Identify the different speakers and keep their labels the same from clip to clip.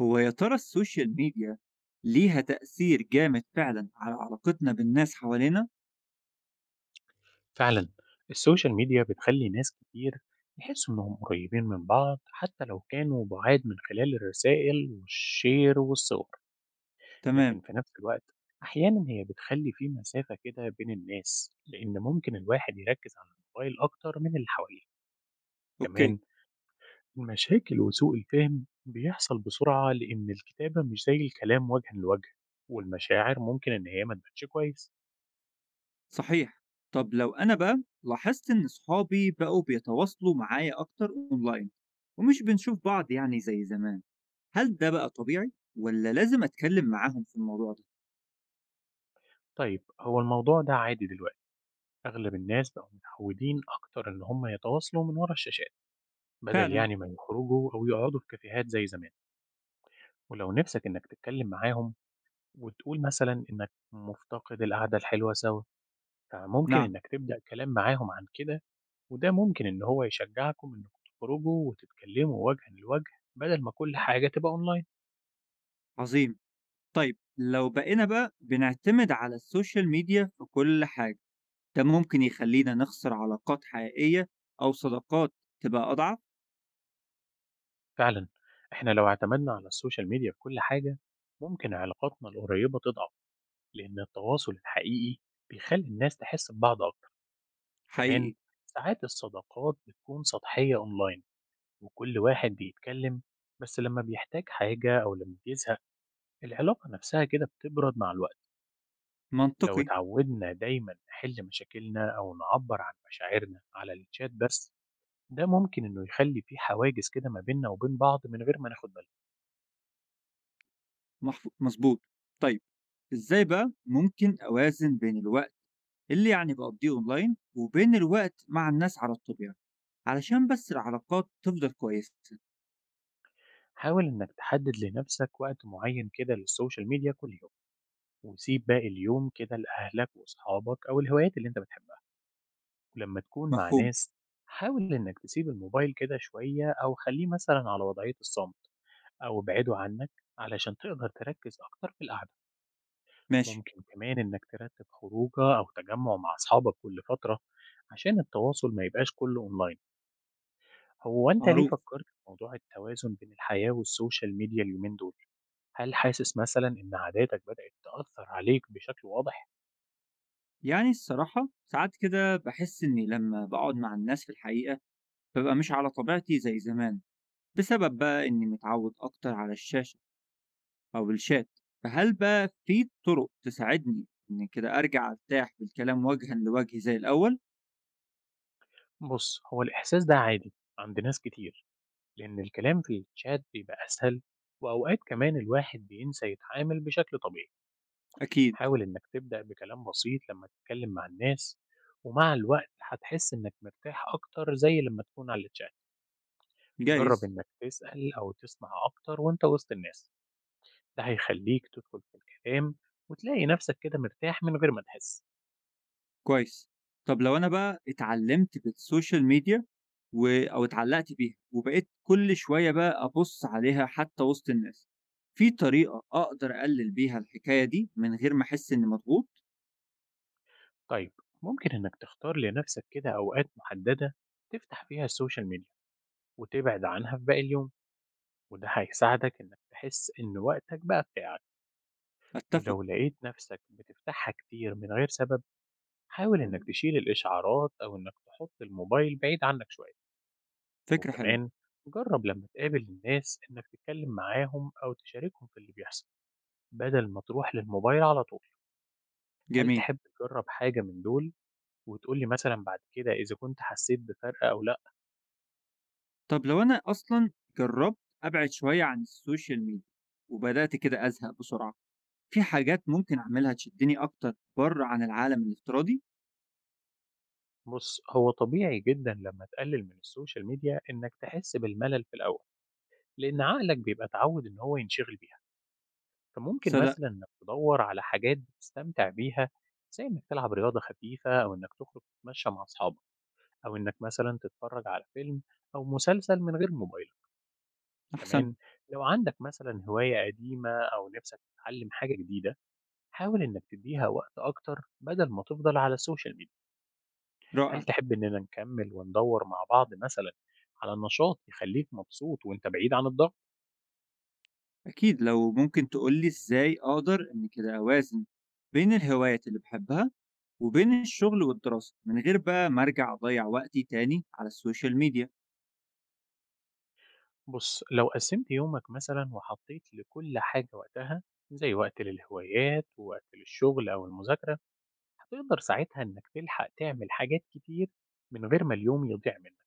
Speaker 1: هو يا ترى السوشيال ميديا ليها تأثير جامد فعلا على علاقتنا بالناس حوالينا؟
Speaker 2: فعلا. السوشيال ميديا بتخلي ناس كتير يحسوا إنهم قريبين من بعض حتى لو كانوا بعاد، من خلال الرسائل والشير والصور. لكن
Speaker 1: تمام.
Speaker 2: في نفس الوقت أحيانا هي بتخلي في مسافة كده بين الناس، لأن ممكن الواحد يركز على الموبايل أكتر من اللي حواليه. كمان
Speaker 1: أوكي.
Speaker 2: المشاكل وسوء الفهم بيحصل بسرعة، لأن الكتابة مش زي الكلام وجها لوجه، والمشاعر ممكن إن هي ما تبانش كويس.
Speaker 1: صحيح. طب لو أنا بقى لاحظت إن صحابي بقوا بيتواصلوا معايا أكتر أونلاين ومش بنشوف بعض يعني زي زمان، هل ده بقى طبيعي ولا لازم أتكلم معاهم في الموضوع ده؟
Speaker 2: طيب، هو الموضوع ده عادي دلوقتي. أغلب الناس بقوا متعودين أكتر إن هم يتواصلوا من ورا الشاشات، بدل
Speaker 1: فعلا.
Speaker 2: يعني ما يخرجوا أو يقعدوا في كافيهات زي زمان. ولو نفسك إنك تتكلم معاهم وتقول مثلا إنك مفتقد القعدة الحلوة سوا، فممكن
Speaker 1: نعم.
Speaker 2: إنك تبدأ كلام معاهم عن كده، وده ممكن إن هو يشجعكم إنكم تخرجوا وتتكلموا وجها لوجه بدل ما كل حاجة تبقى أونلاين.
Speaker 1: عظيم. طيب لو بقينا بقى بنعتمد على السوشيال ميديا في كل حاجة، ده ممكن يخلينا نخسر علاقات حقيقية أو صداقات تبقى أضعف.
Speaker 2: فعلا، إحنا لو اعتمدنا على السوشيال ميديا في كل حاجة، ممكن علاقاتنا القريبة تضعف، لأن التواصل الحقيقي بيخلي الناس تحس ببعض أكتر. كمان
Speaker 1: حقيقي،
Speaker 2: ساعات الصداقات بتكون سطحية أونلاين، وكل واحد بيتكلم بس لما بيحتاج حاجة أو لما بيزهق. العلاقة نفسها كده بتبرد مع الوقت. لو
Speaker 1: منطقي،
Speaker 2: اتعودنا دايما نحل مشاكلنا أو نعبر عن مشاعرنا على الشات بس، ده ممكن إنه يخلي في حواجز كده ما بيننا وبين بعض من غير ما ناخد بالنا.
Speaker 1: محف مضبوط. طيب، إزاي بقى ممكن أوازن بين الوقت اللي يعني باقضيه أونلاين وبين الوقت مع الناس على الطبيعة، علشان بس العلاقات تفضل كويسة؟
Speaker 2: حاول إنك تحدد لنفسك وقت معين كده للسوشيال ميديا كل يوم، وسيب باقي اليوم كده لأهلك وأصحابك أو الهوايات اللي أنت بتحبها. ولما تكون مع
Speaker 1: مفهوم،
Speaker 2: ناس، حاول إنك تسيب الموبايل كده شوية أو خليه مثلا على وضعية الصمت أو ابعده عنك، علشان تقدر تركز أكتر في القعدة.
Speaker 1: ماشي،
Speaker 2: ممكن كمان إنك ترتب خروجة أو تجمع مع أصحابك كل فترة، عشان التواصل ما يبقاش كله أونلاين. هو أنت ليه
Speaker 1: معروف.
Speaker 2: فكرت في موضوع التوازن بين الحياة والسوشيال ميديا اليومين دول؟ هل حاسس مثلا إن عاداتك بدأت تأثر عليك بشكل واضح؟
Speaker 1: يعني الصراحة ساعات كده باحس إني لمّا باقعد مع الناس في الحقيقة بابقى مش على طبيعتي زي زمان، بسبب بقى إني متعود أكتر على الشاشة أو الشات، فهل بقى في طرق تساعدني إن كده أرجع أرتاح بالكلام وجهًا لوجه زي الأول؟
Speaker 2: بص، هو الإحساس ده عادي عند ناس كتير، لأن الكلام في الشات بيبقى أسهل، وأوقات كمان الواحد بينسى يتعامل بشكل طبيعي.
Speaker 1: أكيد،
Speaker 2: حاول إنك تبدأ بكلام بسيط لما تتكلم مع الناس، ومع الوقت هتحس إنك مرتاح أكتر زي لما تكون على الشات. جرب
Speaker 1: جايز،
Speaker 2: إنك تسأل أو تسمع أكتر وإنت وسط الناس، ده هيخليك تدخل في الكلام وتلاقي نفسك كده مرتاح من غير ما تحس.
Speaker 1: كويس. طب لو أنا بقى اتعلّمت بالسوشيال ميديا و أو اتعلّقت بيها وبقيت كل شوية بقى أبُص عليها حتى وسط الناس، في طريقة أقدر أقلِّل بيها الحكاية دي من غير ما أحس إنّي مضغوط؟
Speaker 2: طيب، ممكن إنك تختار لنفسك كده أوقات محددة تفتح فيها السوشيال ميديا وتبعد عنها في باقي اليوم، وده هيساعدك إنك تحس إن وقتك بقى بتاعك.
Speaker 1: أتّفق،
Speaker 2: ولو لقيت نفسك بتفتحها كتير من غير سبب، حاول إنك تشيل الإشعارات أو إنك تحط الموبايل بعيد عنك شوية.
Speaker 1: فكرة حلوة،
Speaker 2: وكمان جرب لما تقابل الناس إنك تتكلم معاهم أو تشاركهم في اللي بيحصل، بدل ما تروح للموبايل على طول. هل
Speaker 1: جميل.
Speaker 2: تحب تجرب حاجة من دول وتقولي مثلا بعد كده إذا كنت حسيت بفرق أو لأ؟
Speaker 1: طب لو أنا أصلًا جرّبت أبعد شوية عن السوشيال ميديا وبدأت كده أزهق بسرعة، في حاجات ممكن أعملها تشدّني أكتر برّه عن العالم الافتراضي؟
Speaker 2: بص، هو طبيعي جدا لما تقلل من السوشيال ميديا إنك تحس بالملل في الأول، لأن عقلك بيبقى اتعود إن هو ينشغل بيها، فممكن
Speaker 1: صدقت،
Speaker 2: مثلًا إنك تدوّر على حاجات بتستمتع بيها، زي إنك تلعب رياضة خفيفة أو إنك تخرج تتمشى مع أصحابك، أو إنك مثلًا تتفرج على فيلم أو مسلسل من غير موبايلك.
Speaker 1: أحسنت،
Speaker 2: كمان لو عندك مثلًا هواية قديمة أو نفسك تتعلم حاجة جديدة، حاول إنك تديها وقت أكتر بدل ما تفضل على السوشيال ميديا. هل
Speaker 1: رائع.
Speaker 2: تحب إننا نكمل وندوّر مع بعض مثلًا على نشاط يخليك مبسوط وأنت بعيد عن الضغط؟
Speaker 1: أكيد، لو ممكن تقولي إزاي أقدر إن كده أوازن بين الهوايات اللي بحبها وبين الشغل والدراسة من غير بقى ما أرجع أضيع وقتي تاني على السوشيال ميديا.
Speaker 2: بُص، لو قسّمت يومك مثلًا وحطيت لكل حاجة وقتها، زي وقت للهوايات ووقت للشغل أو المذاكرة، هتقدر ساعتها إنك تلحق تعمل حاجات كتير من غير ما اليوم يضيع منك.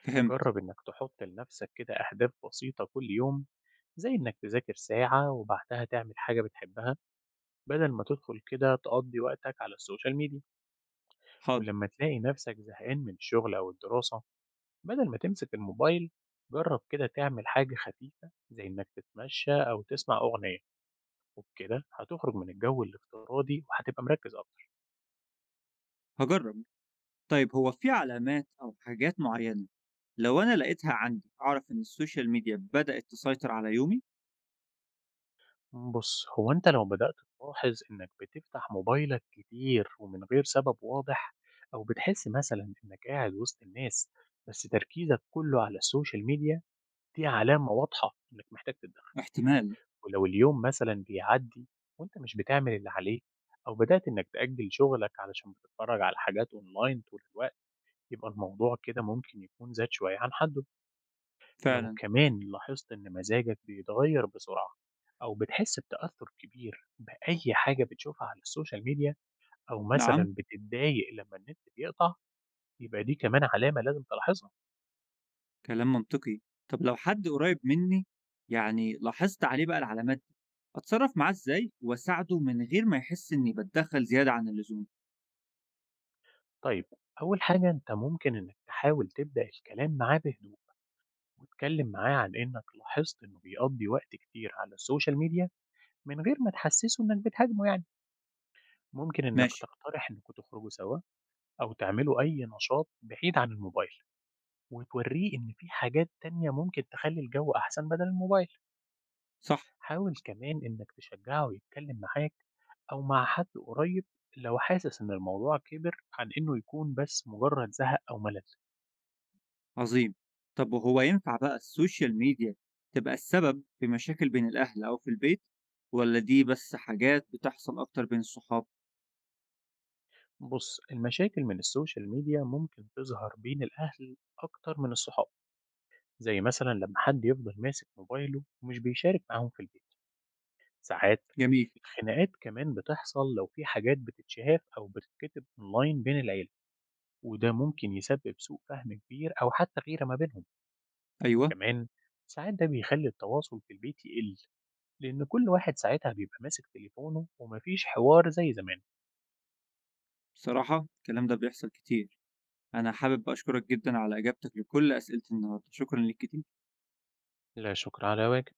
Speaker 1: فهمت.
Speaker 2: جرّب إنك تحط لنفسك كده أهداف بسيطة كل يوم، زي إنك تذاكر ساعة وبعدها تعمل حاجة بتحبها، بدل ما تدخل كده تقضّي وقتك على السوشيال ميديا.
Speaker 1: حاضر.
Speaker 2: ولمّا تلاقي نفسك زهقان من الشغل أو الدراسة، بدل ما تمسك الموبايل جرب كده تعمل حاجة خفيفة زي إنك تتمشى أو تسمع أغنية، وبكده هتخرج من الجو الافتراضي وهتبقى مركز أكتر.
Speaker 1: هجرب. طيب هو في علامات أو حاجات معينة لو أنا لقيتها عندي أعرف إن السوشيال ميديا بدأت تسيطر على يومي؟
Speaker 2: بص، هو أنت لو بدأت تلاحظ إنك بتفتح موبايلك كتير ومن غير سبب واضح، أو بتحس مثلا إنك قاعد وسط الناس بس تركيزك كله على السوشيال ميديا، دي علامة واضحة إنك محتاج تتدخل.
Speaker 1: احتمال.
Speaker 2: ولو اليوم مثلًا بيعدّي وأنت مش بتعمل اللي عليك، أو بدأت إنك تأجّل شغلك علشان بتتفرّج على حاجات أونلاين طول الوقت، يبقى الموضوع كده ممكن يكون زاد شوية عن حدّه. لو
Speaker 1: فعلا.
Speaker 2: كمان لاحظت إن مزاجك بيتغيّر بسرعة، أو بتحس بتأثُّر كبير بأي حاجة بتشوفها على السوشيال ميديا، أو
Speaker 1: نعم.
Speaker 2: مثلًا بتتضايق لمّا النت بيقطع، يبقى دي كمان علامة لازم تلاحظها.
Speaker 1: كلام منطقي. طب لو حد قريب مني يعني لاحظت عليه بقى العلامات دي، اتصرف معاه ازاي واساعده من غير ما يحس اني بتدخل زيادة عن اللزوم؟
Speaker 2: طيب، أول حاجة أنت ممكن إنك تحاول تبدأ الكلام معاه بهدوء، واتكلم معاه عن إنك لاحظت إنه بيقضي وقت كتير على السوشيال ميديا من غير ما تحسسه إنك بتهاجمه. يعني ممكن إنك
Speaker 1: ماشي.
Speaker 2: تقترح إنكوا تخرجوا سوا أو تعملوا أي نشاط بعيد عن الموبايل، وتوريه إن في حاجات تانية ممكن تخلي الجو أحسن بدل الموبايل.
Speaker 1: صح.
Speaker 2: حاول كمان إنك تشجعه يتكلم معاك أو مع حد قريب، لو حاسس إن الموضوع كبر عن إنه يكون بس مجرد زهق أو ملل.
Speaker 1: عظيم. طب وهو ينفع بقى السوشيال ميديا تبقى السبب في مشاكل بين الاهل او في البيت، ولا دي بس حاجات بتحصل اكتر بين الصحاب؟
Speaker 2: بص، المشاكل من السوشيال ميديا ممكن تظهر بين الأهل أكتر من الصحاب، زي مثلا لما حد يفضل ماسك موبايله ومش بيشارك معاهم في البيت. ساعات
Speaker 1: جميل.
Speaker 2: الخناقات كمان بتحصل لو في حاجات بتتشاف أو بتتكتب أونلاين بين العيلة، وده ممكن يسبب سوء فهم كبير أو حتى غيرة ما بينهم.
Speaker 1: ايوه.
Speaker 2: كمان ساعات ده بيخلي التواصل في البيت يقل، لأن كل واحد ساعتها بيبقى ماسك تليفونه ومفيش حوار زي زمان.
Speaker 1: بصراحة الكلام ده بيحصل كتير. انا حابب اشكرك جدا على اجابتك لكل اسئلة النهاردة. شكرا ليك كتير.
Speaker 2: لا شكر على واجب.